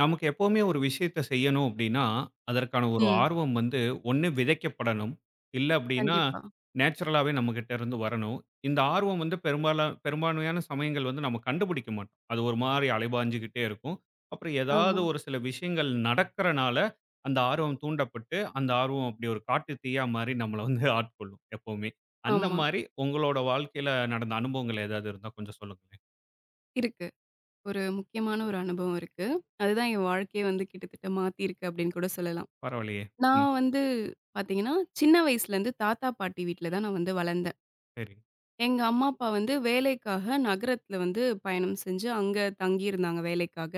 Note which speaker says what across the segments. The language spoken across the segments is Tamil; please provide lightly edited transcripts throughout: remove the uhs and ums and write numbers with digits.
Speaker 1: நமக்கு எப்பவுமே ஒரு விஷயத்த செய்யணும் அப்படின்னா, அதற்கான ஒரு
Speaker 2: ம்.
Speaker 1: ஆர்வம் வந்து ஒண்ணு விதைக்கப்படணும். இல்ல அப்படின்னா,
Speaker 2: கண்டிப்பா.
Speaker 1: நேச்சுரலாவே நம்மகிட்ட இருந்து வரணும். இந்த ஆர்வம் வந்து பெரும்பாலா பெரும்பான்மையான சமயங்கள் வந்து நம்ம கண்டுபிடிக்க மாட்டோம். அது ஒரு மாரி அலைபாஞ்சுகிட்டே இருக்கும். அப்புறம் ஏதாவது
Speaker 2: ஆமா,
Speaker 1: ஒரு சில விஷயங்கள் நடக்கறனால, அந்த ஆர்வம் தூண்டப்பட்டு, அந்த ஆர்வம் அப்படி ஒரு காட்டு தீயா மாரி நம்மள வந்து ஆட்கொள்ளும் எப்பவுமே. அந்த
Speaker 2: ஆமா.
Speaker 1: மாரி உங்களோட வாழ்க்கையில நடந்த அனுபவங்கள் ஏதாவது இருந்தா கொஞ்சம் சொல்லுங்களேன்.
Speaker 2: இருக்கு. ஒரு முக்கியமான ஒரு அனுபவம் இருக்கு. அதுதான் என் வாழ்க்கையே வந்து கிட்டத்தட்ட மாத்தியிருக்கு அப்படின்னு கூட சொல்லலாம்.
Speaker 1: பரவாயில்லையே! ம்.
Speaker 2: நான் வந்து பார்த்தீங்கன்னா, சின்ன வயசுலேருந்து தாத்தா, பாட்டி வீட்ல தான் நான் வந்து வளர்ந்தேன்.
Speaker 1: சரி.
Speaker 2: எங்க அம்மா, அப்பா வந்து வேலைக்காக நகரத்தில வந்து பயணம் செஞ்சு அங்க தங்கியிருந்தாங்க வேலைக்காக.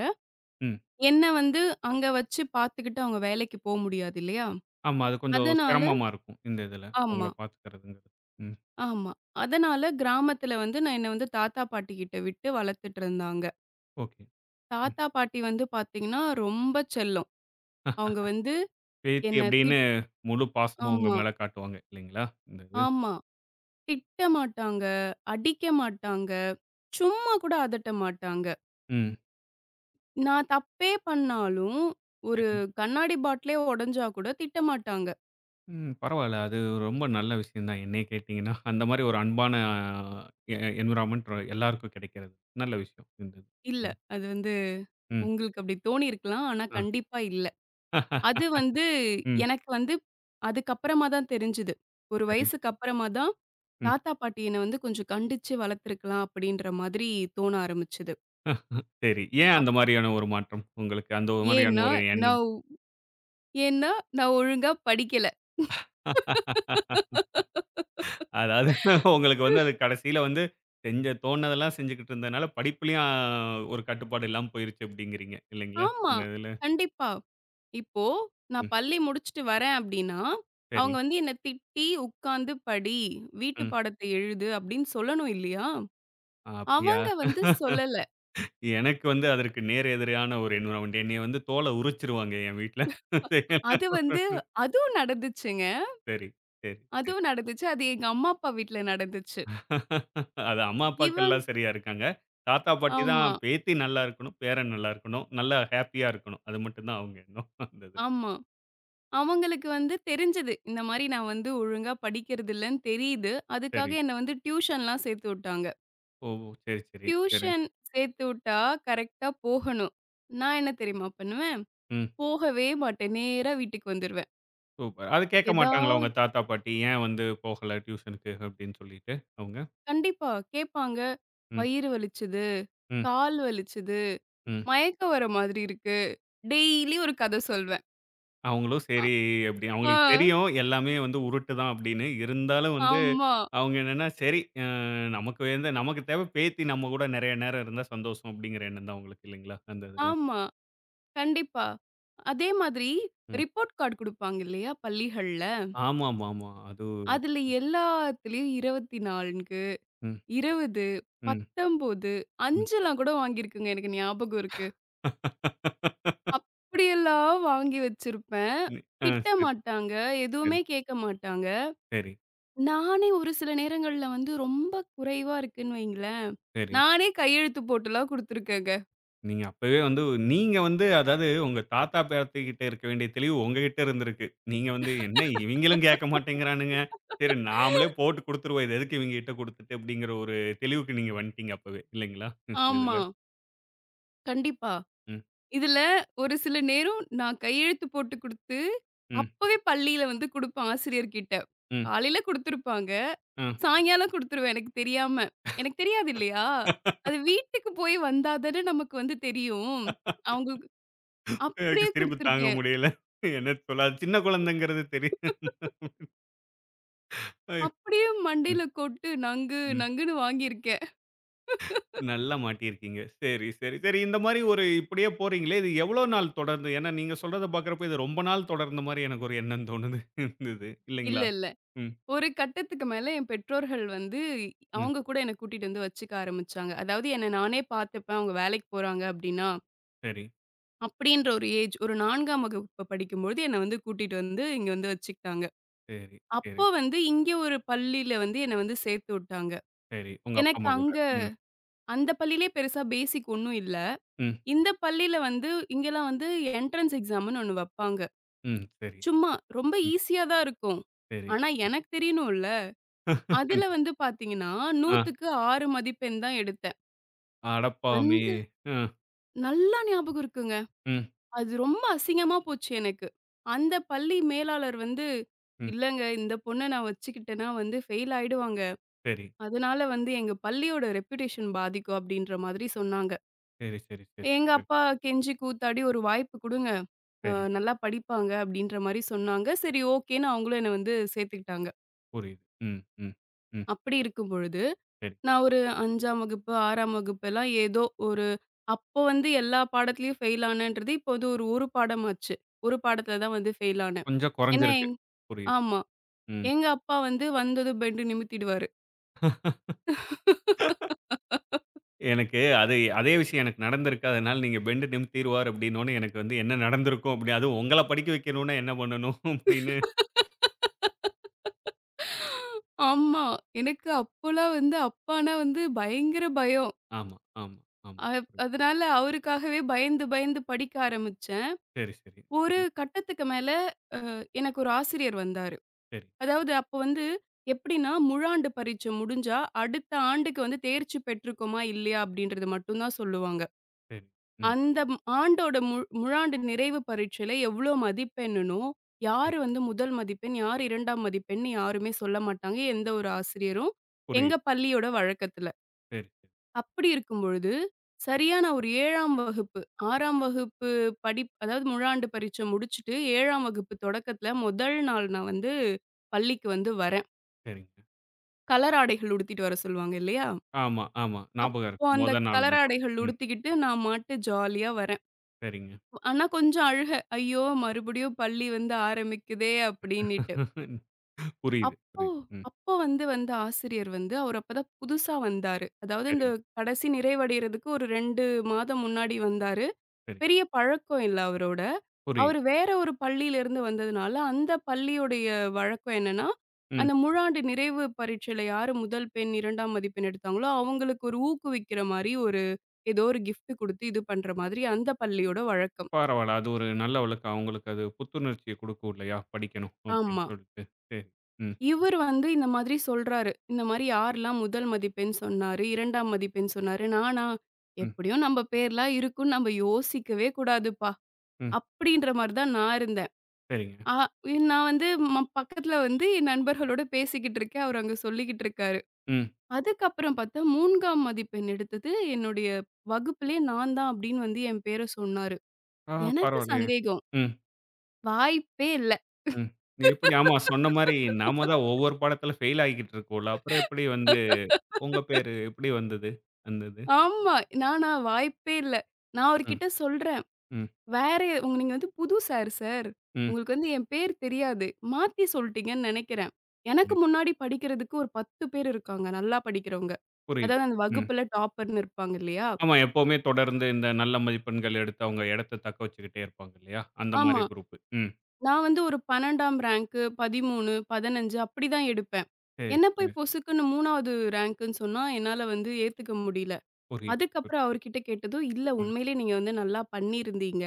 Speaker 1: ம்.
Speaker 2: என்ன வந்து அங்க வச்சு பார்த்துக்கிட்டு அவங்க வேலைக்கு போ முடியாது இல்லையா?
Speaker 1: ஆமா. அது கொஞ்சம்
Speaker 2: அதனால
Speaker 1: சிரமமா இருக்கும். இந்த இதுல. உங்கள
Speaker 2: ஆமா,
Speaker 1: பார்த்துக்கிறதுங்கிறது. ம்.
Speaker 2: ஆமா. அதனால கிராமத்தில வந்து நான் என்ன வந்து தாத்தா, பாட்டி கிட்ட விட்டு வளர்த்துட்டு இருந்தாங்க.
Speaker 1: ஓகே. ம்.
Speaker 2: தாத்தா, பாட்டி வந்து பாத்தீங்கன்னா, ரொம்ப செல்லம். அவங்க வந்து
Speaker 1: பேத்தி
Speaker 2: என்ன
Speaker 1: அப்படின்னு முழு பாசமும் உங்க
Speaker 2: ஆமா,
Speaker 1: மேல காட்டுவாங்க இல்லைங்களா? இந்த இது.
Speaker 2: ஆமா. திட்ட மாட்டாங்க, அடிக்க மாட்டாங்க, சும்மா கூட அதட்ட மாட்டாங்க.
Speaker 1: ம்.
Speaker 2: நான் தப்பே பண்ணாலும், ஒரு
Speaker 1: சரி.
Speaker 2: கண்ணாடி பாட்டிலே உடைஞ்சா கூட திட்ட மாட்டாங்க.
Speaker 1: ம். பரவால்ல. அது ரொம்ப நல்ல விஷயம் தான் என்னைய கேட்டீங்கன்னா. அந்த மாரி ஒரு அன்பான எ என்விரான்மென்ட் எல்லாருக்கும் கிடைக்கிறது. நல்ல விஷயம். இந்த இது.
Speaker 2: இல்ல,
Speaker 1: ம்.
Speaker 2: அது வந்து
Speaker 1: ம்.
Speaker 2: உங்களுக்கு அப்படி தோணியிருக்கலாம். ஆனா,
Speaker 1: ஆ.
Speaker 2: கண்டிப்பா இல்ல. அது வந்து
Speaker 1: ம்.
Speaker 2: எனக்கு வந்து அதுக்கப்புறமா தான் தெரிஞ்சது. ஒரு
Speaker 1: சரி.
Speaker 2: வயசுக்கு அப்புறமா தான்,
Speaker 1: ம்.
Speaker 2: தாத்தா, பாட்டி என்ன வந்து கொஞ்சம் கண்டிச்சு வளர்த்துருக்கலாம் அப்படின்ற மாதிரி தோண ஆரம்பிச்சது.
Speaker 1: சரி. ஏன்
Speaker 2: அப்
Speaker 1: அந்த மாரியான ஒரு மாற்றம் உங்களுக்கு? அந்த மாதிரியான
Speaker 2: ஏன்னா,
Speaker 1: ஒரு
Speaker 2: நான்
Speaker 1: எண்ணம்?
Speaker 2: ஒ ஏன்னா நான் ஒழுங்கா படிக்கல.
Speaker 1: அதாவது உங்களுக்கு வந்து அது கடைசியில வந்து செஞ்ச தோணுனதெல்லாம் செஞ்சுகிட்டு இருந்ததுனால, படிப்புலயும் ஒரு கட்டுப்பாடு இல்லாம போயிருச்சு அப்படிங்கிறீங்க இல்லைங்களா?
Speaker 2: ஆமா,
Speaker 1: இந்த இதுல.
Speaker 2: கண்டிப்பா. இப்போ நான்
Speaker 1: ம்.
Speaker 2: பள்ளி முடிச்சுட்டு வரேன் அப்டின்னா,
Speaker 1: சரி.
Speaker 2: அவங்க வந்து என்ன திட்டி, "உட்காந்து படி, வீட்டு
Speaker 1: ம்.
Speaker 2: பாடத்த எழுது" அப்டின்னு சொல்லணும் இல்லையா?
Speaker 1: ஆ, அப்படியா?
Speaker 2: அவங்க வந்து சொல்லல.
Speaker 1: எனக்கு வந்து அதற்கு நேர் எதிரான ஒரு என்விரான்மென்ட். என்னைய வந்து தோல உரிச்சுருவாங்க என் வீட்ல.
Speaker 2: அது வந்து அதுவும் நடந்துச்சுங்க.
Speaker 1: சரி, சரி.
Speaker 2: அதுவும் நடந்துச்சு. அது எங்க அம்மா, அப்பா வீட்ல நடந்துச்சு.
Speaker 1: அது அம்மா,
Speaker 2: இவங்
Speaker 1: அப்பாக்கெல்லாம் சரியா இருக்காங்க. தாத்தா, பாட்டி
Speaker 2: ஆமா,
Speaker 1: தான் பேத்தி நல்லா இருக்கணும், பேரன் நல்லா இருக்கணும், நல்லா ஹேப்பியா இருக்கணும். அது மட்டும் தான் அவங்க எண்ணம். அந்த இதுல.
Speaker 2: ஆமா. அவங்களுக்கு வந்து தெரிஞ்சது. இந்த மாரி நான் வந்து ஒழுங்கா படிக்கிறதில்லன்னு தெரியுது. அதுக்காக
Speaker 1: சரி.
Speaker 2: என்ன வந்து டியூஷன்லாம் சேர்த்து விட்டாங்க.
Speaker 1: ஓ! சரி, சரி, சரி.
Speaker 2: டியூஷன் சேர்த்து விட்டா கரெக்ட்டா போகணும். நான் என்ன தெரியுமா பண்ணுவேன்?
Speaker 1: ம்.
Speaker 2: போகவே மாட்டேன். நேரா வீட்டுக்கு வந்துருவேன்.
Speaker 1: சூப்பர். அது கேட்க மாட்டாங்களா உங்க
Speaker 2: ஏதாவது
Speaker 1: தாத்தா, பாட்டி? ஏன் வந்து போகல டியூஷனுக்கு அப்படின்னு சொல்லிட்டு அவங்க?
Speaker 2: கண்டிப்பா கேட்பாங்க.
Speaker 1: ம்,
Speaker 2: "வயிறு வலிச்சது,
Speaker 1: ம்,
Speaker 2: கால் வலிச்சது,
Speaker 1: ம்.
Speaker 2: மயக்கம் வர மாதிரி இருக்கு." டெய்லி ஒரு கத சொல்வேன்.
Speaker 1: அவங்களும்
Speaker 2: அ
Speaker 1: சரி அப்படி
Speaker 2: ஆ
Speaker 1: அவங்களுக்கு தெரியும் எல்லாமே வந்து உருட்டு தான் அப்படின்னு. இருந்தாலும் வந்து
Speaker 2: ஆமா,
Speaker 1: அவங்க என்னன்னா, சரி, நமக்கு வந்து நமக்கு தேவை பேத்தி நம்ம கூட நிறைய நேரம் இருந்தா சந்தோஷம் அப்படிங்கிற எண்ணம் தான் உங்களுக்கு இல்லைங்களா? அந்த இதுல.
Speaker 2: ஆமா. கண்டிப்பா. அதே மாதிரி
Speaker 1: ம்.
Speaker 2: ரிப்போர்ட் கார்டு குடுப்பாங்க இல்லையா? பள்ளிகள்ல.
Speaker 1: ஆமாமாமா. அது
Speaker 2: அதுல எல்லாத்துலயும் 24,
Speaker 1: ம்,
Speaker 2: 20,
Speaker 1: ம்,
Speaker 2: 19,
Speaker 1: ம்.
Speaker 2: 5லாம் கூட வாங்கியிருக்குங்க. எனக்கு ஞாபகம் இருக்கு. அப்படியெல்லாம் வாங்கி வச்சிருப்பேன்.
Speaker 1: ம். ஆ
Speaker 2: திட்ட
Speaker 1: சரி,
Speaker 2: மாட்டாங்க.
Speaker 1: சரி,
Speaker 2: எதுவுமே கேட்க மாட்டாங்க.
Speaker 1: சரி,
Speaker 2: நானே ஒரு சில நேரங்கள்ல வந்து ரொம்ப குறைவா இருக்குன்னு வைங்களேன்,
Speaker 1: சரி.
Speaker 2: நானே கையெழுத்து போட்டுலாம் குடுத்துருக்கேங்க.
Speaker 1: நீங்க அப்பவே வந்து நீங்க வந்து அதாவது உங்க தாத்தா, பாட்டி கிட்ட இருக்க வேண்டிய தெளிவு உங்ககிட்ட இருந்திருக்கு. நீங்க வந்து என்ன இவங்களும் கேட்க மாட்டேங்கிறானுங்க. சரி நாமளே போட்டு குடுத்துருவோம். இது எதுக்கு இவங்ககிட்ட குடுத்துட்டு அப்படிங்கிற ஒரு தெளிவுக்கு நீங்க வந்துட்டீங்க அப்பவே இல்லைங்களா? இந்த இதுல.
Speaker 2: ஆமா. கண்டிப்பா.
Speaker 1: ம்,
Speaker 2: இதுல ஒரு சில நேரம் நான் கையெழுத்து போட்டு குடுத்து,
Speaker 1: ம்,
Speaker 2: அப்பவே பள்ளியில வந்து குடுப்பேன் ஆசிரியர்கிட்ட.
Speaker 1: ம்,
Speaker 2: காலையில குடுத்துருப்பாங்க.
Speaker 1: அ.
Speaker 2: சாயங்காலம் குடுத்துருவேன் எனக்கு தெரியாம. எனக்கு தெரியாது இல்லையா? அது வீட்டுக்கு போய் வந்தா தானே நமக்கு வந்து தெரியும். அவங்களுக்கு
Speaker 1: எனக்கு
Speaker 2: அப்படியே
Speaker 1: சிரிப்பு தாங்க
Speaker 2: குடுத்துருக்கேன்.
Speaker 1: முடியல. என்ன சொல்ல அது சின்ன குழந்தைங்கிறது தெரியும். ஐயோ!
Speaker 2: அப்படியே
Speaker 1: ம்,
Speaker 2: மண்டையில கொட்டு நங்கு
Speaker 1: ம்.
Speaker 2: நங்குன்னு வாங்கியிருக்கேன்.
Speaker 1: நல்லா மாட்டியிருக்கீங்க. சரி, சரி, சரி. இந்த மாரி ஒரு இப்படியே போறீங்களே, இது எவ்வளோ நாள் தொடர்ந்து? ஏன்னா நீங்க சொல்றத பார்க்கிறப்ப இது ரொம்ப நாள் தொடர்ந்த மாரி எனக்கு ஒரு எண்ணம் தோணுது. இருந்தது.
Speaker 2: இல்ல,
Speaker 1: இல்லைங்களா?
Speaker 2: இல்ல.
Speaker 1: ம்,
Speaker 2: ஒரு கட்டத்துக்கு மேல என் பெற்றோர்கள் வந்து,
Speaker 1: ம்.
Speaker 2: அவங்க கூட என்ன கூட்டிட்டு வந்து வச்சுக்க ஆரம்பிச்சாங்க. அதாவது என்ன நானே பார்த்துப்பேன். அவங்க வேலைக்கு போறாங்க அப்படின்னா,
Speaker 1: சரி,
Speaker 2: அப்படின்ற ஒரு ஏஜ் ஒரு 4ஆம் வகுப்பு படிக்கும்பொழுது என்ன வந்து கூட்டிட்டு வந்து இங்க வந்து வச்சுக்கிட்டாங்க.
Speaker 1: சரி, சரி,
Speaker 2: அப்போ வந்து இங்க ஒரு பள்ளியில வந்து என்ன வந்து சேர்த்து விட்டாங்க.
Speaker 1: சரி. உங்க அப்பா,
Speaker 2: எனக்கு
Speaker 1: அம்மா கூட.
Speaker 2: அங்க
Speaker 1: ம்,
Speaker 2: அந்த பள்ளியிலே பெருசா பேசிக் ஒண்ணும் இல்ல.
Speaker 1: ம்,
Speaker 2: இந்த பள்ளியில வந்து இங்கலாம் வந்து என்ட்ரன்ஸ் எக்ஸாம்ன்னு ஒண்ணு வப்பாங்க.
Speaker 1: ம். சரி,
Speaker 2: சும்மா ரொம்ப
Speaker 1: ம்.
Speaker 2: ஈஸியா தான் இருக்கும்.
Speaker 1: சரி.
Speaker 2: ஆனா எனக்கு தெரியணும்ல. அதுல வந்து பார்த்தீங்கன்னா,
Speaker 1: ஆ,
Speaker 2: 100க்கு 6 மதிப்பெண் தான் எடுத்தேன்.
Speaker 1: அடப்பாவி!
Speaker 2: அந்த
Speaker 1: அ,
Speaker 2: நல்லா ஞாபகம் இருக்குங்க.
Speaker 1: ம்,
Speaker 2: அது ரொம்ப அசிங்கமா போச்சு எனக்கு. அந்த பள்ளி மேலாளர் வந்து,
Speaker 1: ம்.
Speaker 2: "இல்லங்க இந்த பொண்ண நான் வச்சுக்கிட்டேன்னா வந்து ஃபெயில் ஆயிடுவாங்க.
Speaker 1: சரி,
Speaker 2: அதனால வந்து எங்க பள்ளியோட ரெப்யூட்டேஷன் பாதிக்கும்." அப்படீன்ற மாதிரி சொன்னாங்க.
Speaker 1: சரி, சரி, சரி,
Speaker 2: எங்க
Speaker 1: சரி,
Speaker 2: அப்பா கெஞ்சி கூத்தாடி, "ஒரு வாய்ப்பு குடுங்க. அ
Speaker 1: சரி.
Speaker 2: நல்லா படிப்பாங்க." அப்படீன்ற மாரி சொன்னாங்க. சரி ஓகேன்னு அவங்களும் என்ன வந்து சேர்த்துக்கிட்டாங்க.
Speaker 1: புரியுது. ம், ம், ம்.
Speaker 2: அப்படி இருக்கும் பொழுது
Speaker 1: சரி.
Speaker 2: நான் ஒரு 5ஆம் வகுப்பு, 6ஆம் வகுப்பெல்லாம் ஏதோ ஒரு அப்போ வந்து எல்லா பாடத்துலயும் ஃபெயில் ஆனேன்றது, இப்போ வந்து ஒரு பாடமாச்சு. ஒரு பாடத்துல தான் வந்து ஃபெயில் ஆனேன்.
Speaker 1: கொஞ்சம்
Speaker 2: ஏன்னா
Speaker 1: குறைஞ்சிருக்கு. புரியுது.
Speaker 2: ஆமா.
Speaker 1: ம்.
Speaker 2: எங்க அப்பா வந்து வந்ததும் பெண்டு நிமித்திடுவாரு.
Speaker 1: எனக்கு அது அதே விஷயம் எனக்கு நடந்திருக்கு. அதனால நீங்க பெண்டு நிமித்திருவார் அப்டின்னோனே, எனக்கு வந்து என்ன நடந்திருக்கும் அப்டி அதுவும் உங்கள படிக்க வைக்கணும்னா என்ன பண்ணணும் அப்டின்னு
Speaker 2: ஆமா. எனக்கு அப்போலாம் வந்து அப்பான்னா வந்து பயங்கர பயம்.
Speaker 1: ஆமா, ஆமா, ஆமா.
Speaker 2: அ அதனால அவருக்காகவே பயந்து, பயந்து படிக்க ஆரம்பிச்சேன்.
Speaker 1: புரியுது.
Speaker 2: ஒரு கட்டத்துக்கு மேல எனக்கு ஒரு ஆசிரியர் வந்தாரு.
Speaker 1: சரி, சரி, சரி, சரி,
Speaker 2: அதாவது அப்ப வந்து எப்படின்னா, முழாண்டு பரீட்சை முடிஞ்சா, அடுத்த ஆண்டுக்கு வந்து தேர்ச்சி பெற்றுக்கோமா, இல்லையா அப்படின்றது மட்டும் தான் சொல்லுவாங்க.
Speaker 1: சரி. ம்.
Speaker 2: அந்த ஆண்டோட முழாண்டு நிறைவு பரீட்சையில எவ்ளோ மதிப்பெண்ணுனோ,
Speaker 1: சரி.
Speaker 2: யாரு வந்து முதல் மதிப்பெண், யார் 2ஆம் மதிப்பெண்ன்னு யாருமே சொல்ல மாட்டாங்க. எந்த ஒரு ஆசிரியரும். எங்க
Speaker 1: புரியுது.
Speaker 2: பள்ளியோட வழக்கத்துல.
Speaker 1: சரி, சரி,
Speaker 2: அப்படி இருக்கும் பொழுது, சரியா நான் ஒரு 7ஆம் வகுப்பு, 6ஆம் வகுப்பு அதாவது முழாண்டு பரீட்சை முடிச்சுட்டு 7ஆம் வகுப்பு தொடக்கத்துல முதல் நாள் நான் வந்து பள்ளிக்கு வந்து வரேன்.
Speaker 1: சரிங்க.
Speaker 2: கலர் ஆடைகள் உடுத்திட்டு வர சொல்லுவாங்க இல்லையா?
Speaker 1: ஆமா, ஆமா. ஞாபகம்
Speaker 2: அப்போ
Speaker 1: இருக்கு.
Speaker 2: அந்த
Speaker 1: மொத நாள்
Speaker 2: கலர்
Speaker 1: மட்டும்.
Speaker 2: ஆடைகள்
Speaker 1: ம்.
Speaker 2: உடுத்திக்கிட்டு நான் மாட்டு ஜாலியா வரேன்.
Speaker 1: சரிங்க.
Speaker 2: ஆனா கொஞ்சம் அழுக. ஐயோ! மறுபடியும் பள்ளி வந்து ஆரம்பிக்குதே அப்டின்னிட்டு.
Speaker 1: புரியுது,
Speaker 2: அப்போ
Speaker 1: புரியுது. ம்.
Speaker 2: அப்போ வந்து வந்த ஆசிரியர் வந்து அவர் அப்பதான் புதுசா வந்தாரு. அதாவது இந்த
Speaker 1: சரிங்க,
Speaker 2: கடைசி நிறைவடையறதுக்கு ஒரு 2 மாதம் முன்னாடி வந்தாரு.
Speaker 1: சரி.
Speaker 2: பெரிய பழக்கம் இல்ல அவரோட.
Speaker 1: புரியுது.
Speaker 2: அவரு வேற ஒரு பள்ளியிலிருந்து வந்ததுனால, அந்த பள்ளியுடைய வழக்கம் என்னன்னா,
Speaker 1: ம்.
Speaker 2: அந்த முழாண்டு நிறைவு பரீட்சையில யாரு முதல் பெண், 2ஆம் மதிப்பெண் எடுத்தாங்களோ, அவங்களுக்கு ஒரு ஊக்குவிக்கிற மாரி ஒரு ஏதோ ஒரு கிஃப்ட் குடுத்து இது பண்ற மாதிரி அந்த பள்ளியோட வழக்கம்.
Speaker 1: பரவால்ல. அது ஒரு நல்ல வழக்கம். அவங்களுக்கு அது புத்துணர்ச்சிய குடுக்கும் இல்லையா? படிக்கணும் அப்டின்னு
Speaker 2: ஆமா.
Speaker 1: சொல்லிட்டு. சரி. ம்,
Speaker 2: இவர் வந்து இந்த மாதிரி சொல்றாரு. இந்த மாரி யாரெல்லாம் முதல் மதிப்பெண் சொன்னாரு, 2ஆம் மதிப்பெண் சொன்னாரு, நானா?
Speaker 1: ம்,
Speaker 2: எப்படியும் நம்ம பேர்லாம் இருக்கும்னு நம்ம யோசிக்கவே கூடாதுப்பா!
Speaker 1: ம்.
Speaker 2: அப்படின்ற மாரி தான் நான் இருந்தேன்.
Speaker 1: சரிங்க.
Speaker 2: ஆ நான் வந்து பக்கத்துல வந்து என் நண்பர்களோட பேசிக்கிட்டு இருக்கேன். அவரு அங்க சொல்லிக்கிட்டு இருக்காரு.
Speaker 1: ம்.
Speaker 2: அதுக்கப்புறம் பார்த்தா 3ஆம் மதிப்பெண் எடுத்தது என்னுடைய வகுப்பிலே நான் தான் அப்படின்னு வந்து என் பேர சொன்னாரு.
Speaker 1: ஆ
Speaker 2: எனக்கு
Speaker 1: பரவாயில்லையே!
Speaker 2: சந்தேகம்.
Speaker 1: ம்,
Speaker 2: வாய்ப்பே இல்ல.
Speaker 1: ம். நீ எப்படி ஆமா சொன்ன மாரி நாம தான் ஒவ்வொரு பாடத்துல ஃபெயில் ஆகிக்கிட்டு இருக்கோம்ல. அப்புறம் எப்படி வந்து உங்க பேரு எப்படி வந்தது? அந்த இது.
Speaker 2: ஆமா. நானா வாய்ப்பே இல்ல. நான்
Speaker 1: ம்,
Speaker 2: அவர்கிட்ட சொல்றேன்.
Speaker 1: ம்,
Speaker 2: வேற நீங்க வந்து புது சார் சார்.
Speaker 1: ம்.
Speaker 2: உங்களுக்கு வந்து என் பேர் தெரியாது. மாத்தி சொல்ட்டீங்கன்னு நெனைக்கிறேன்.
Speaker 1: சரி.
Speaker 2: எனக்கு முன்னாடி படிக்கிறதுக்கு ஒரு 10 பேர் இருக்காங்க. நல்லா படிக்கிறவங்க.
Speaker 1: புரியுது.
Speaker 2: அதாவது அந்த
Speaker 1: ம்.
Speaker 2: வகுப்புல டாப்பர்ன்னு இருப்பாங்க இல்லையா?
Speaker 1: ஆமா எப்பவுமே தொடர்ந்து இந்த நல்ல மதிப்பெண்கள் எடுத்து அவங்க இடத்த தக்க வச்சுக்கிட்டே இருப்பாங்க இல்லையா? அந்த
Speaker 2: ஆமா.
Speaker 1: மாரி குரூப். ம்.
Speaker 2: நான் வந்து ஒரு 12ஆம் ரேங்க்கு, 13, 15 அப்படிதான் எடுப்பேன்.
Speaker 1: சரி,
Speaker 2: என்ன
Speaker 1: சரி.
Speaker 2: போய் பொசுக்குன்னு 3வது ரேங்க்குன்னு சொன்னா, என்னால வந்து ஏத்துக்க முடியல.
Speaker 1: புரியுது.
Speaker 2: அதுக்கப்புறம் அவர்கிட்ட கேட்டதும், "இல்ல
Speaker 1: ம்.
Speaker 2: உண்மையிலே நீங்க வந்து நல்லா பண்ணியிருந்தீங்க.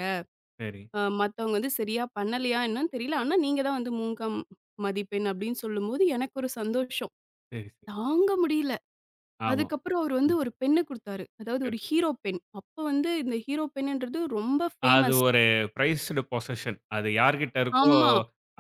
Speaker 1: சரி,
Speaker 2: மத்தவங்க வந்து சரியா பண்ணலையா என்னன்னு தெரியல. ஆனா நீங்க தான் வந்து 3ம் மதிப்பெண்" அப்படின்னு சொல்லும்போது எனக்கு ஒரு சந்தோஷம்.
Speaker 1: சரி, சரி.
Speaker 2: தாங்க முடியல.
Speaker 1: ஆமா.
Speaker 2: அதுக்கப்புறம் அவர் வந்து
Speaker 1: ம்.
Speaker 2: ஒரு பென்னு குடுத்தாரு. அதாவது
Speaker 1: சரி.
Speaker 2: ஒரு ஹீரோ பென். அப்ப வந்து இந்த ஹீரோ பென்னுன்றது ரொம்ப
Speaker 1: அது
Speaker 2: ஃபேமஸ்.
Speaker 1: ஒரு பிரைஸ்டு பொசஷன். அது யார்கிட்ட இருக்கோ
Speaker 2: ஆமா.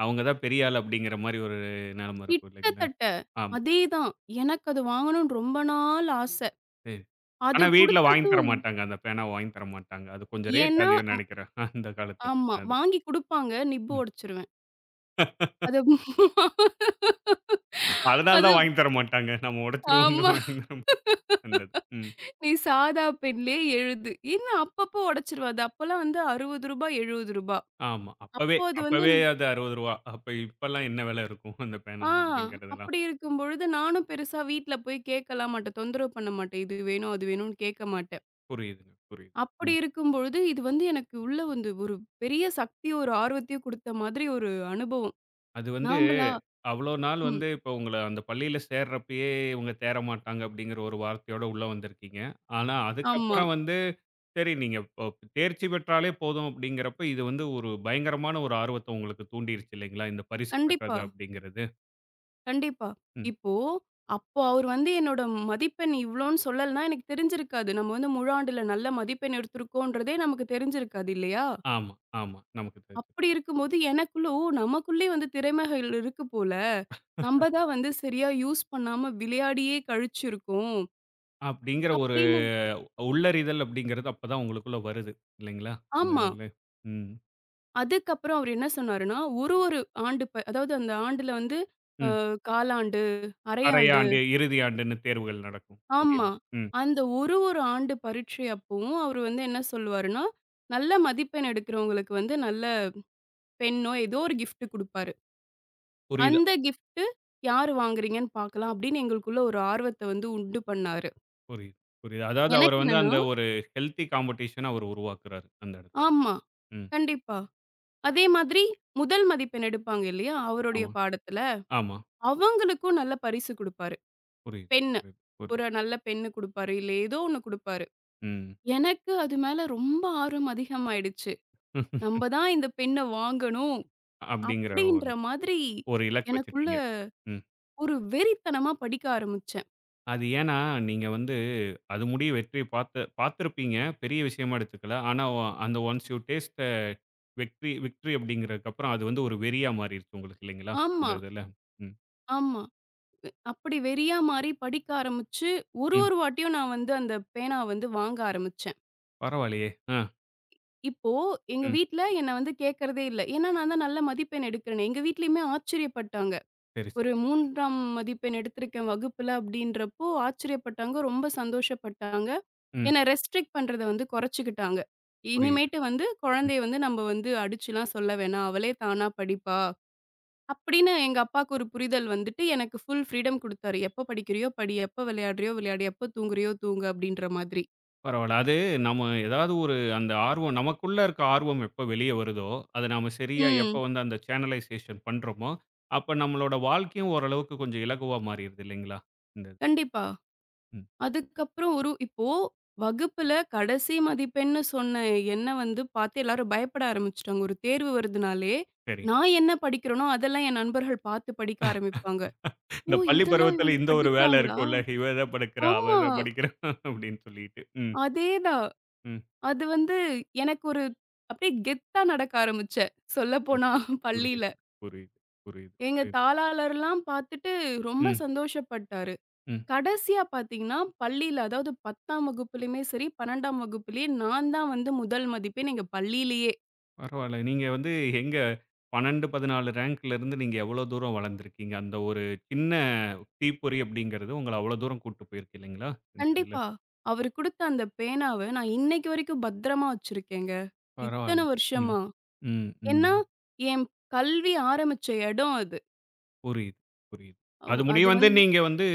Speaker 1: அவங்க தான் பெரிய ஆள் அப்படிங்கிற மாரி ஒரு நிலைமை இருக்கும் இல்லைங்களா?
Speaker 2: கிட்டத்தட்ட.
Speaker 1: ஆமா.
Speaker 2: அதேதான். எனக்கு அது வாங்கணும்னு ரொம்ப நாள் ஆச.
Speaker 1: சரி.
Speaker 2: அது
Speaker 1: ஆனா வீட்ல வாங்கி தர
Speaker 2: குடுத்ததும்
Speaker 1: மாட்டாங்க. அந்த பேனாவ வாங்கி தர மாட்டாங்க. அது கொஞ்சம் ரேட்
Speaker 2: ஏன்னா
Speaker 1: அதிகம்ன்னு நெனைக்கிறேன். அந்த காலத்துல
Speaker 2: ஆமா.
Speaker 1: அது.
Speaker 2: வாங்கி குடுப்பாங்க. நிப்பு
Speaker 1: ம்.
Speaker 2: ஒடச்சுருவேன். அது
Speaker 1: அதனால
Speaker 2: அது
Speaker 1: தான் வாங்கி தர மாட்டாங்க. நம்ம உடைச்சுருவோம்னு
Speaker 2: ஆமா.
Speaker 1: வாங்கி தர மாட்டாங்க. அந்த இது. ம்.
Speaker 2: "நீ சாதா பென்லயே எழுது." ஏன்னா அப்பப்போ ஒடச்சுருவேன். அது அப்பலாம் வந்து ரூ. 60 ரூ. 70.
Speaker 1: ஆமா. அப்பவே
Speaker 2: அப்போ அது வந்து
Speaker 1: அப்பவே அது ரூ. 60. அப்ப இப்பலாம் என்ன விலை இருக்கும் அந்த பேனா
Speaker 2: ஆ
Speaker 1: அப்படிங்கிறதெல்லாம்.
Speaker 2: அப்படி இருக்கும் பொழுது நானும் பெருசா வீட்ல போய் கேட்கலாம் மாட்டேன். தொந்தரவு பண்ண மாட்டேன். இது வேணும், அது வேணும்னு கேட்க மாட்டேன்.
Speaker 1: புரியுதுங்க, புரியுது.
Speaker 2: அப்படி
Speaker 1: ம்.
Speaker 2: இருக்கும்பொழுது, இது வந்து எனக்கு உள்ள வந்து ஒரு பெரிய சக்தி, ஒரு ஆர்வத்தையும் குடுத்த மாதிரி ஒரு அனுபவம்.
Speaker 1: அது வந்து
Speaker 2: நாம்பளா
Speaker 1: அவ்வளோ நாள்
Speaker 2: ம்.
Speaker 1: வந்து இப்போ உங்கள அந்த பள்ளியில சேர்றப்பயே இவங்க தேற மாட்டாங்க அப்படிங்கிற ஒரு வார்த்தையோட உள்ள வந்திருக்கீங்க. ஆனா
Speaker 2: ஆமா.
Speaker 1: அதுக்கப்புறம் வந்து சரி நீங்க இப்போ தேர்ச்சி பெற்றாலே போதும் அப்படிங்கிறப்ப, இது வந்து ஒரு பயங்கரமான ஒரு ஆர்வத்த உங்களுக்கு தூண்டிருச்சு இல்லைங்களா? இந்த பரிசு
Speaker 2: கண்டிப்பா,
Speaker 1: பெற்றது அப்படிங்கிறது.
Speaker 2: கண்டிப்பா.
Speaker 1: ம்.
Speaker 2: இப்போ அப்போ அவரு வந்து என்னோட மதிப்பெண் இவ்ளோன்னு சொல்லலன்னா, எனக்கு தெரிஞ்சிருக்காது. நம்ம வந்து முழு ஆண்டுல நல்ல மதிப்பெண் எடுத்திருக்கோன்றதே நமக்கு தெரிஞ்சிருக்காது இல்லையா?
Speaker 1: ஆமா, ஆமா. நமக்கு தெரிஞ்சது.
Speaker 2: அப்படி இருக்கும்போது எனக்குள்ள, "ஓ! நமக்குள்ளயே வந்து திறமைகள் இருக்கு போல. நம்ப தான் வந்து சரியா யூஸ் பண்ணாம விளையாடியே கழிச்சிருக்கோம்."
Speaker 1: அப்படிங்கிற ஒரு
Speaker 2: அப்படின்னு
Speaker 1: உள்ளறிதல் அப்படிங்கிறது அப்பதான் உங்களுக்குள்ள வருது இல்லைங்களா? இந்த
Speaker 2: ஆமா.
Speaker 1: இதுல. ம்.
Speaker 2: அதுக்கப்புறம் அவரு என்ன சொன்னாருன்னா, ஒரு ஒரு ஆண்டு அதாவது அந்த ஆண்டுல வந்து
Speaker 1: ம்.
Speaker 2: காலாண்டு, அரையாண்டு
Speaker 1: அரையாண்டு, இறுதி ஆண்டுன்னு தேர்வுகள் நடக்கும் பள்ளியில.
Speaker 2: ஆமா.
Speaker 1: ம்.
Speaker 2: அந்த ஒரு ஒரு ஆண்டு பரீட்சை அப்பவும் அவரு வந்து என்ன சொல்லுவாருன்னா, நல்ல மதிப்பெண் எடுக்கிறவங்களுக்கு வந்து நல்ல பெண்ணோ, ஏதோ ஒரு கிஃப்ட் குடுப்பாரு.
Speaker 1: புரியுது.
Speaker 2: அந்த கிஃப்ட் யாரு வாங்குறீங்கன்னு பார்க்கலாம் அப்படின்னு எங்களுக்குள்ள ஒரு ஆர்வத்த வந்து உண்டு பண்ணாரு.
Speaker 1: புரியுது, புரியுது. அதாவது அவர்
Speaker 2: எனக்கு
Speaker 1: வந்து
Speaker 2: என்னன்னா
Speaker 1: அந்த ஒரு ஹெல்த்தி காம்படிஷன அவர் உருவாக்குறாரு, அந்த இடத்துல.
Speaker 2: ஆமா,
Speaker 1: ம்.
Speaker 2: கண்டிப்பா. அதே மாதிரி முதல் மதிப்பெண் எடுப்பாங்க இல்லையா? அவருடைய
Speaker 1: ஆமா,
Speaker 2: பாடத்துல,
Speaker 1: ஆமா.
Speaker 2: அவங்களுக்கும் நல்ல பரிசு குடுப்பாரு.
Speaker 1: புரியுது,
Speaker 2: பெண்
Speaker 1: புரியுது,
Speaker 2: ஒரு
Speaker 1: புரியுது.
Speaker 2: நல்ல பென்னு குடுப்பாரு. இல்ல ஏதோ ஒண்ணு குடுப்பாரு.
Speaker 1: ம்.
Speaker 2: எனக்கு அது மேல ரொம்ப ஆர்வம் அதிகமாயிடுச்சு. "நம்ப தான் இந்த பெண்ண வாங்கணும்."
Speaker 1: அப்படிங்கிற
Speaker 2: அப்படின்ற
Speaker 1: ஒரு
Speaker 2: மாதிரி
Speaker 1: ஒரு இலக்கு
Speaker 2: எனக்குள்ள
Speaker 1: வச்சுட்டீங்க. ம்.
Speaker 2: ஒரு வெறித்தனமா படிக்க ஆரம்பிச்சேன்.
Speaker 1: அது ஏன்னா, நீங்க வந்து அது முடிய வெற்றிய பார்த்து பார்த்திருப்பீங்க. பெரிய விஷயமா எடுத்துக்கல. ஆனா, அந்த ஒன்ஸ் யூ டேஸ்ட் த வெற்றி விக்டரி அப்படிங்கிறதுக்கு அப்புறம் அது வந்து ஒரு வெறியா மாறிருச்சு உங்களுக்கு இல்லைங்களா? அந்த
Speaker 2: ஆமா,
Speaker 1: இதுல. ம்,
Speaker 2: ஆமா. அப்படி வெறியா மாறி படிக்க ஆரம்பிச்சு, ஒரு
Speaker 1: ம்.
Speaker 2: ஒரு வாட்டியும் நான் வந்து அந்த பேனாவ வந்து வாங்க ஆரம்பிச்சேன்.
Speaker 1: பரவாயில்லையே! ஆ,
Speaker 2: இப்போ எங்க
Speaker 1: ம்.
Speaker 2: வீட்ல என்ன வந்து கேட்கறதே இல்ல. ஏன்னா நான் தான் நல்ல மதிப்பெண் எடுக்கிறேனே. எங்க வீட்லயுமே ஆச்சரியப்பட்டாங்க.
Speaker 1: சரி,
Speaker 2: ஒரு
Speaker 1: சரி.
Speaker 2: 3ஆம் மதிப்பெண் எடுத்திருக்கேன் வகுப்புல அப்படின்றப்போ ஆச்சரியப்பட்டாங்க. ரொம்ப சந்தோஷப்பட்டாங்க.
Speaker 1: ம்.
Speaker 2: என்ன ரெஸ்ட்ரிக்ட் பண்றத வந்து குறைச்சுக்கிட்டாங்க.
Speaker 1: புரியுது.
Speaker 2: இனிமேட்டு வந்து குழந்தைய வந்து நம்ம வந்து அடிச்சுலாம் சொல்ல வேணாம். அவளே தானா படிப்பா. அப்படின்னு எங்க அப்பாவுக்கு ஒரு புரிதல் வந்துட்டு எனக்கு ஃபுல் ஃப்ரீடம் குடுத்தாரு. எப்ப படிக்கிறியோ படி, எப்ப விளையாடுறியோ விளையாடு, எப்ப தூங்குறியோ தூங்கு அப்படின்ற மாதிரி.
Speaker 1: பரவால்ல. அது நம்ம ஏதாவது ஒரு அந்த ஆர்வம் நமக்குள்ள இருக்க ஆர்வம் எப்ப வெளிய வருதோ, அத நாம சரியா எப்ப
Speaker 2: ம்.
Speaker 1: வந்து அந்த சேனலைசேஷன் பண்றோமோ, அப்ப நம்மளோட வாழ்க்கையும் ஓரளவுக்கு கொஞ்சம் இலகுவா மாறிருது இல்லைங்களா? இந்த இது?
Speaker 2: கண்டிப்பா.
Speaker 1: ம்
Speaker 2: அதுக்கப்புறம் ஒரு இப்போ வகுப்புல கடைசி மதிப்பெண்ன்னு சொன்ன என்ன வந்து பார்த்து எல்லாரும் பயப்பட ஆரம்பிச்சுட்டாங்க. ஒரு தேர்வு வருதுனாலே,
Speaker 1: சரி.
Speaker 2: நான் என்ன படிக்கிறேனோ, அதெல்லாம் என் நண்பர்கள் பார்த்து படிக்க ஆரம்பிப்பாங்க.
Speaker 1: இந்த
Speaker 2: "ஓ!
Speaker 1: பள்ளி
Speaker 2: இதெல்லாம்
Speaker 1: பருவத்தில
Speaker 2: இவங்க
Speaker 1: இந்த ஒரு வேலை
Speaker 2: படிக்கிறாங்களா?"
Speaker 1: இருக்கும்ல. இவ இத படிக்கிறா, அவ
Speaker 2: ஆமா.
Speaker 1: இத படிக்கிறா அப்படின்னு சொல்லிட்டு. ம்,
Speaker 2: அதேதான்.
Speaker 1: ம்.
Speaker 2: அது வந்து எனக்கு ஒரு அப்படியே கெத்தா நடக்க ஆரம்பிச்சேன். சொல்லப்போனா பள்ளியில.
Speaker 1: புரியுது, புரியுது, புரியுது,
Speaker 2: எங்க
Speaker 1: புரியுது.
Speaker 2: தாளாளர்லாம் பார்த்துட்டு ரொம்ப
Speaker 1: ம்,
Speaker 2: சந்தோஷப்பட்டாரு.
Speaker 1: ம்.
Speaker 2: கடைசியா பார்த்தீங்கன்னா, பள்ளியில அதாவது 10ஆம் வகுப்புலயுமே சரி, 12ஆம் வகுப்புலயே நான் தான் வந்து முதல் மதிப்பெண் எங்க பள்ளியிலயே.
Speaker 1: பரவால்ல. நீங்க வந்து எங்க 12, 14 ரேங்க்ல இருந்து நீங்க எவ்ளோ தூரம் வளர்ந்திருக்கீங்க? அந்த ஒரு சின்ன தீப்பொறி அப்படிங்கிறது உங்கள அவ்வளோ தூரம் கூட்டு போயிருக்கு இல்லைங்களா? இந்த இதுல.
Speaker 2: கண்டிப்பா. அவரு குடுத்த அந்த பேனாவ நான் இன்னைக்கு வரைக்கும் பத்திரமா வச்சிருக்கேங்க. இத்தன
Speaker 1: பரவால்ல. ம்.
Speaker 2: வருஷமா.
Speaker 1: ம், ம்.
Speaker 2: ஏன்னா, என் கல்வி ஆரம்பிச்ச இடம் அது.
Speaker 1: புரியுது, புரியுது. அது முடிய
Speaker 2: அது
Speaker 1: வந்து
Speaker 2: வந்து
Speaker 1: நீங்க வந்து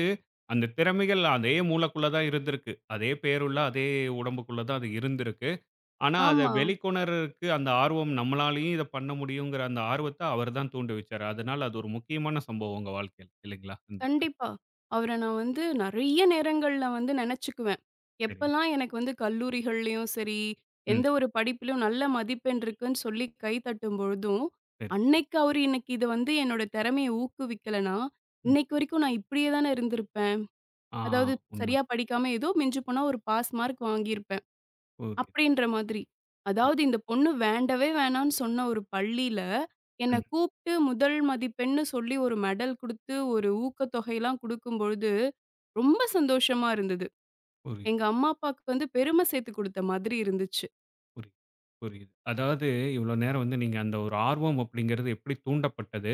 Speaker 1: அந்த திறமைகள் அதே மூளைக்குள்ள தான் இருந்திருக்கு. அதே பேருள்ள அதே உடம்புக்குள்ள தான் அது இருந்திருக்கு. ஆனா அத
Speaker 2: ஆமா.
Speaker 1: வெளிக்கொணர்றதுக்கு அந்த ஆர்வம் நம்மளாலயும் இத பண்ண முடியுங்கிற அந்த ஆர்வத்த அவர் தான் தூண்டி வச்சாரு. அதனால அது ஒரு முக்கியமான சம்பவம் உங்க வாழ்க்கையில இல்லைங்களா? ம்.
Speaker 2: கண்டிப்பா. அவர நான் வந்து நெறைய நேரங்கள்ல வந்து நெனச்சுக்குவேன்.
Speaker 1: சரி.
Speaker 2: எப்பலாம் எனக்கு வந்து கல்லூரிகள்லயும் சரி,
Speaker 1: ம்.
Speaker 2: எந்த ஒரு படிப்பிலும் நல்ல மதிப்பெண் இருக்குன்னு சொல்லி கை தட்டும் பொழுதும்,
Speaker 1: சரி.
Speaker 2: அன்னைக்கு அவரு எனக்கு இது வந்து என்னோட திறமைய ஊக்குவிக்கலன்னா,
Speaker 1: ம்.
Speaker 2: இன்னைக்கு வரைக்கும் நான் இப்படியே தானே இருந்திருப்பேன்.
Speaker 1: ஆ
Speaker 2: அதாவது
Speaker 1: உண்ம.
Speaker 2: சரியா படிக்காம ஏதோ மிஞ்சி போனா ஒரு பாஸ் மார்க் வாங்கியிருப்பேன்.
Speaker 1: புரியுது.
Speaker 2: அப்படின்ற மாதிரி.
Speaker 1: ம்.
Speaker 2: அதாவது இந்த பொண்ணு வேண்டவே வேணான்னு சொன்ன ஒரு பள்ளியில, என்ன
Speaker 1: ம்.
Speaker 2: கூப்ட்டு முதல் மதிப்பெண்ன்னு சொல்லி ஒரு மெடல் குடுத்து, ஒரு ஊக்கத்தொகைலாம் குடுக்கும்பொழுது, ரொம்ப சந்தோஷமா இருந்தது.
Speaker 1: புரியுது,
Speaker 2: எங்க அம்மா, அப்பாக்கு வந்து பெருமை சேர்த்து குடுத்த மாதிரி இருந்துச்சு.
Speaker 1: புரியுது, புரியுது. அதாவது இவ்ளோ நேரம் வந்து நீங்க அந்த ஒரு ஆர்வம் அப்படிங்கிறது எப்படி தூண்டப்பட்டது?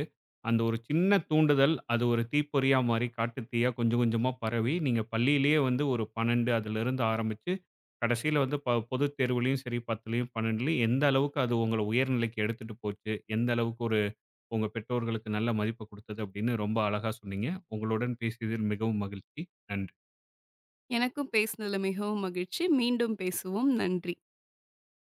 Speaker 1: அந்த ஒரு சின்ன தூண்டுதல், அது ஒரு தீப்பொறியா மாறி, காட்டுத் தீயா கொஞ்சம் கொஞ்சமா பரவி, நீங்க பள்ளியிலேயே வந்து ஒரு 12 அதிலிருந்து ஆரம்பிச்சு, கடைசியில வந்து பொதுத் தேர்வுலயும் சரி, 10லயும் 12லயும் எந்த அளவுக்கு அது உங்கள உயர்நிலைக்கு எடுத்துட்டு போச்சு? எந்த அளவுக்கு ஒரு உங்க பெற்றோர்களுக்கு நல்ல மதிப்பு குடுத்தது அப்படின்னு ரொம்ப அழகா சொன்னீங்க. உங்களுடன் பேசியதில் மிகவும் மகிழ்ச்சி. நன்றி.
Speaker 2: எனக்கும் பேசினதுல மிகவும் மகிழ்ச்சி. மீண்டும் பேசுவோம். நன்றி.